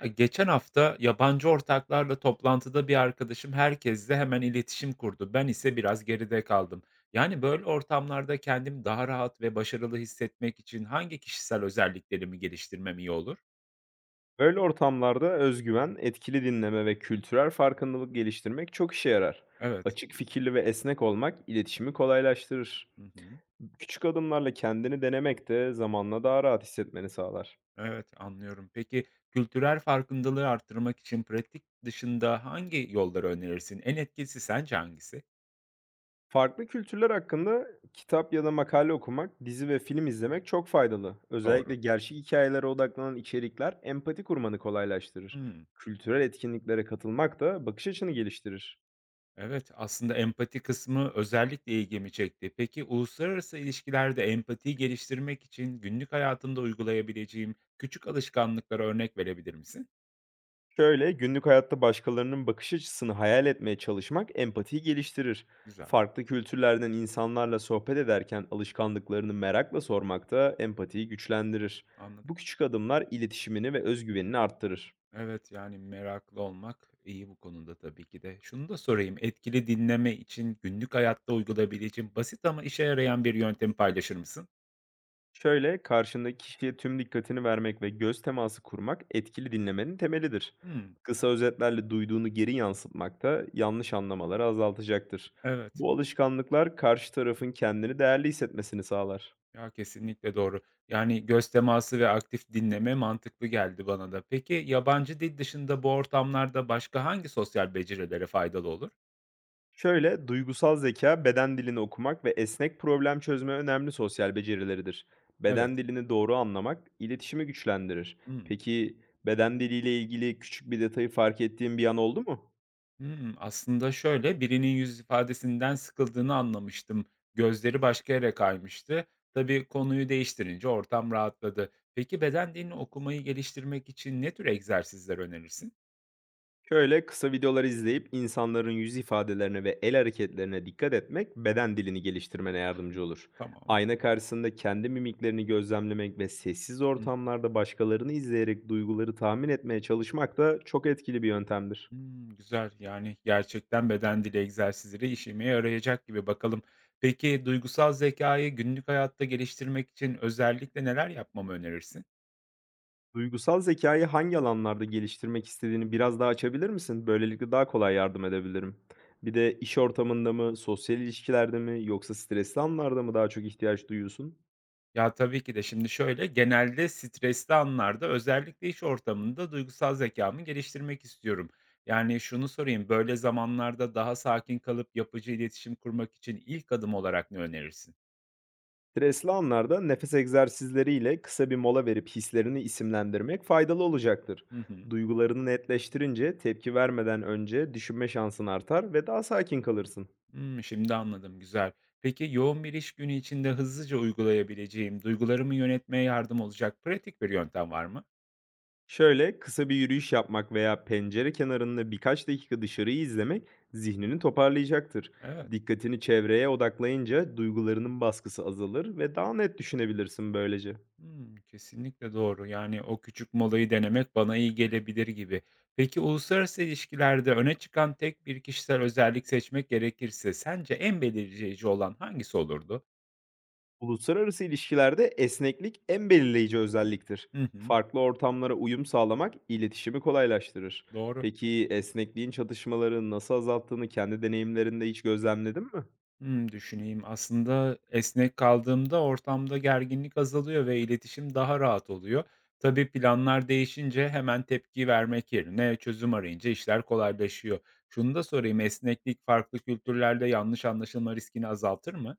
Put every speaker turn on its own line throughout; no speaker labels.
Ya, geçen hafta yabancı ortaklarla toplantıda bir arkadaşım herkesle hemen iletişim kurdu. Ben ise biraz geride kaldım. Yani böyle ortamlarda kendimi daha rahat ve başarılı hissetmek için hangi kişisel özelliklerimi geliştirmem iyi olur?
Böyle ortamlarda özgüven, etkili dinleme ve kültürel farkındalık geliştirmek çok işe yarar.
Evet.
Açık fikirli ve esnek olmak iletişimi kolaylaştırır.
Hı hı.
Küçük adımlarla kendini denemek de zamanla daha rahat hissetmeni sağlar.
Evet, anlıyorum. Peki kültürel farkındalığı arttırmak için pratik dışında hangi yolları önerirsin? En etkisi sence hangisi?
Farklı kültürler hakkında kitap ya da makale okumak, dizi ve film izlemek çok faydalı. Özellikle
Doğru.
gerçek hikayelere odaklanan içerikler empati kurmanı kolaylaştırır.
Hmm.
Kültürel etkinliklere katılmak da bakış açını geliştirir.
Evet, aslında empati kısmı özellikle ilgimi çekti. Peki uluslararası ilişkilerde empatiyi geliştirmek için günlük hayatımda uygulayabileceğim küçük alışkanlıklara örnek verebilir misin?
Şöyle, günlük hayatta başkalarının bakış açısını hayal etmeye çalışmak empatiyi geliştirir.
Güzel,
Farklı kültürlerden insanlarla sohbet ederken alışkanlıklarını merakla sormak da empatiyi güçlendirir. Bu
anladım.
küçük adımlar iletişimini ve özgüvenini arttırır.
Evet, yani meraklı olmak iyi bu konuda tabii ki de. Şunu da sorayım, etkili dinleme için günlük hayatta uygulayabileceğim basit ama işe yarayan bir yöntemi paylaşır mısın?
Şöyle, karşındaki kişiye tüm dikkatini vermek ve göz teması kurmak etkili dinlemenin temelidir.
Hmm,
Kısa özetlerle duyduğunu geri yansıtmak da yanlış anlamaları azaltacaktır.
evet.
Bu alışkanlıklar karşı tarafın kendini değerli hissetmesini sağlar.
Ya, kesinlikle doğru. Yani, göz teması ve aktif dinleme mantıklı geldi bana da. Peki, yabancı dil dışında bu ortamlarda başka hangi sosyal becerilere faydalı olur?
Şöyle, duygusal zeka, beden dilini okumak ve esnek problem çözme önemli sosyal becerileridir.
Evet.
Beden dilini doğru anlamak, iletişimi güçlendirir.
Hımm.
Peki, beden diliyle ilgili küçük bir detayı fark ettiğin bir an oldu mu?
Hımm. Aslında şöyle, birinin yüz ifadesinden sıkıldığını anlamıştım. Gözleri başka yere kaymıştı. Tabii konuyu değiştirince ortam rahatladı. Peki, beden dilini okumayı geliştirmek için ne tür egzersizler önerirsin?
Şöyle, kısa videolar izleyip insanların yüz ifadelerine ve el hareketlerine dikkat etmek beden dilini geliştirmene yardımcı olur.
Tamam.
Ayna karşısında kendi mimiklerini gözlemlemek ve sessiz ortamlarda başkalarını izleyerek duyguları tahmin etmeye çalışmak da çok etkili bir yöntemdir.
Hımm, güzel. Yani, gerçekten beden dili egzersizleri işime yarayacak gibi, bakalım. Peki, duygusal zekayı günlük hayatta geliştirmek için özellikle neler yapmamı önerirsin?
Duygusal zekayı hangi alanlarda geliştirmek istediğini biraz daha açabilir misin? Böylelikle daha kolay yardım edebilirim. Bir de iş ortamında mı, sosyal ilişkilerde mi yoksa stresli anlarda mı daha çok ihtiyaç duyuyorsun?
Ya, tabii ki de şimdi şöyle, genelde stresli anlarda, özellikle iş ortamında duygusal zekâmı geliştirmek istiyorum. Yani, şunu sorayım, böyle zamanlarda daha sakin kalıp yapıcı iletişim kurmak için ilk adım olarak ne önerirsin?
Stresli anlarda nefes egzersizleriyle kısa bir mola verip hislerini isimlendirmek faydalı olacaktır.
Hı hı.
Duygularını netleştirince tepki vermeden önce düşünme şansın artar ve daha sakin kalırsın.
Hımm, şimdi anladım, güzel. Peki, yoğun bir iş günü içinde hızlıca uygulayabileceğim, duygularımı yönetmeye yardım olacak pratik bir yöntem var mı?
Şöyle kısa bir yürüyüş yapmak veya pencere kenarında birkaç dakika dışarıyı izlemek zihnini toparlayacaktır.
Evet,
Dikkatini çevreye odaklayınca duygularının baskısı azalır ve daha net düşünebilirsin böylece.
hımm, kesinlikle doğru. Yani, o küçük molayı denemek bana iyi gelebilir gibi. Peki, uluslararası ilişkilerde öne çıkan tek bir kişisel özellik seçmek gerekirse sence en belirleyici olan hangisi olurdu?
Uluslararası ilişkilerde esneklik en belirleyici özelliktir.
Hı hı,
Farklı ortamlara uyum sağlamak iletişimi kolaylaştırır.
doğru.
Peki esnekliğin çatışmaları nasıl azalttığını kendi deneyimlerinde hiç gözlemledin mi?
Hımm, düşüneyim. Aslında esnek kaldığımda ortamda gerginlik azalıyor ve iletişim daha rahat oluyor. Tabii planlar değişince hemen tepki vermek yerine çözüm arayınca işler kolaylaşıyor. Şunu da sorayım, esneklik farklı kültürlerde yanlış anlaşılma riskini azaltır mı?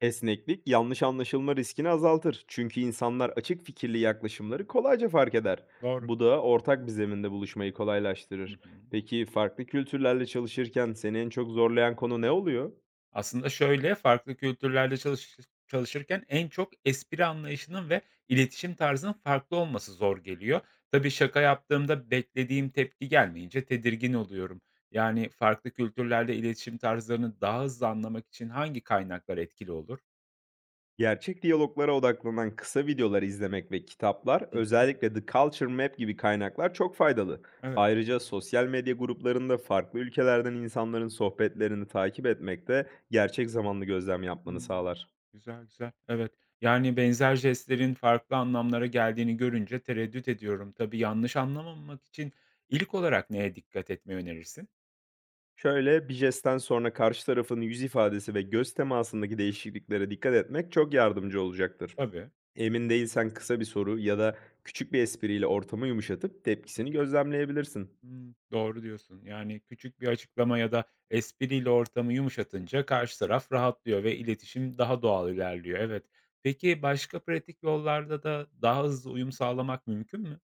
Esneklik yanlış anlaşılma riskini azaltır. Çünkü insanlar açık fikirli yaklaşımları kolayca fark eder.
Doğru.
Bu da ortak bir zeminde buluşmayı
Hı
kolaylaştırır.
hı.
Peki farklı kültürlerle çalışırken seni en çok zorlayan konu ne oluyor?
Aslında şöyle, farklı kültürlerde çalışırken en çok espri anlayışının ve iletişim tarzının farklı olması zor geliyor. Tabii şaka yaptığımda beklediğim tepki gelmeyince tedirgin oluyorum. Yani farklı kültürlerde iletişim tarzlarını daha hızlı anlamak için hangi kaynaklar etkili olur?
Gerçek diyaloglara odaklanan kısa videolar izlemek ve kitaplar,
Hı hı.
özellikle The Culture Map gibi kaynaklar çok faydalı.
Evet.
Ayrıca sosyal medya gruplarında farklı ülkelerden insanların sohbetlerini takip etmek de gerçek zamanlı gözlem yapmanı
Hımm.
sağlar.
Güzel, güzel. Evet. Yani benzer jestlerin farklı anlamlara geldiğini görünce tereddüt ediyorum. Tabii yanlış anlamamak için ilk olarak neye dikkat etmeyi önerirsin?
Şöyle, bir jestten sonra karşı tarafın yüz ifadesi ve göz temasındaki değişikliklere dikkat etmek çok yardımcı olacaktır.
Tabii.
Emin değilsen kısa bir soru ya da küçük bir espriyle ortamı yumuşatıp tepkisini gözlemleyebilirsin.
Hımm, doğru diyorsun. Yani, küçük bir açıklama ya da espriyle ortamı yumuşatınca karşı taraf rahatlıyor ve iletişim daha doğal ilerliyor. Evet. Peki, başka pratik yollarda da daha hızlı uyum sağlamak mümkün mü?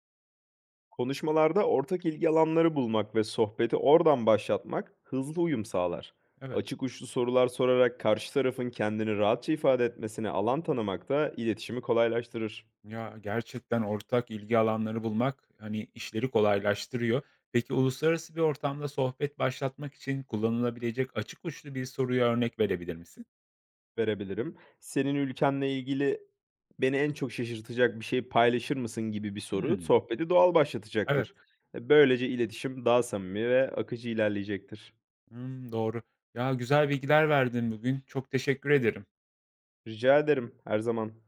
Konuşmalarda ortak ilgi alanları bulmak ve sohbeti oradan başlatmak hızlı uyum sağlar.
Evet.
Açık uçlu sorular sorarak karşı tarafın kendini rahatça ifade etmesine alan tanımak da iletişimi kolaylaştırır.
Ya, gerçekten ortak ilgi alanları bulmak, hani, işleri kolaylaştırıyor. Peki, uluslararası bir ortamda sohbet başlatmak için kullanılabilecek açık uçlu bir soruya örnek verebilir misin?
Verebilirim. Senin ülkenle ilgili beni en çok şaşırtacak bir şey paylaşır mısın gibi bir soru
Hımm,
sohbeti doğal
evet.
başlatacaktır. Böylece iletişim daha samimi ve akıcı ilerleyecektir.
Hımm, doğru. Ya, güzel bilgiler verdin bugün. Çok teşekkür ederim.
Rica ederim, her zaman.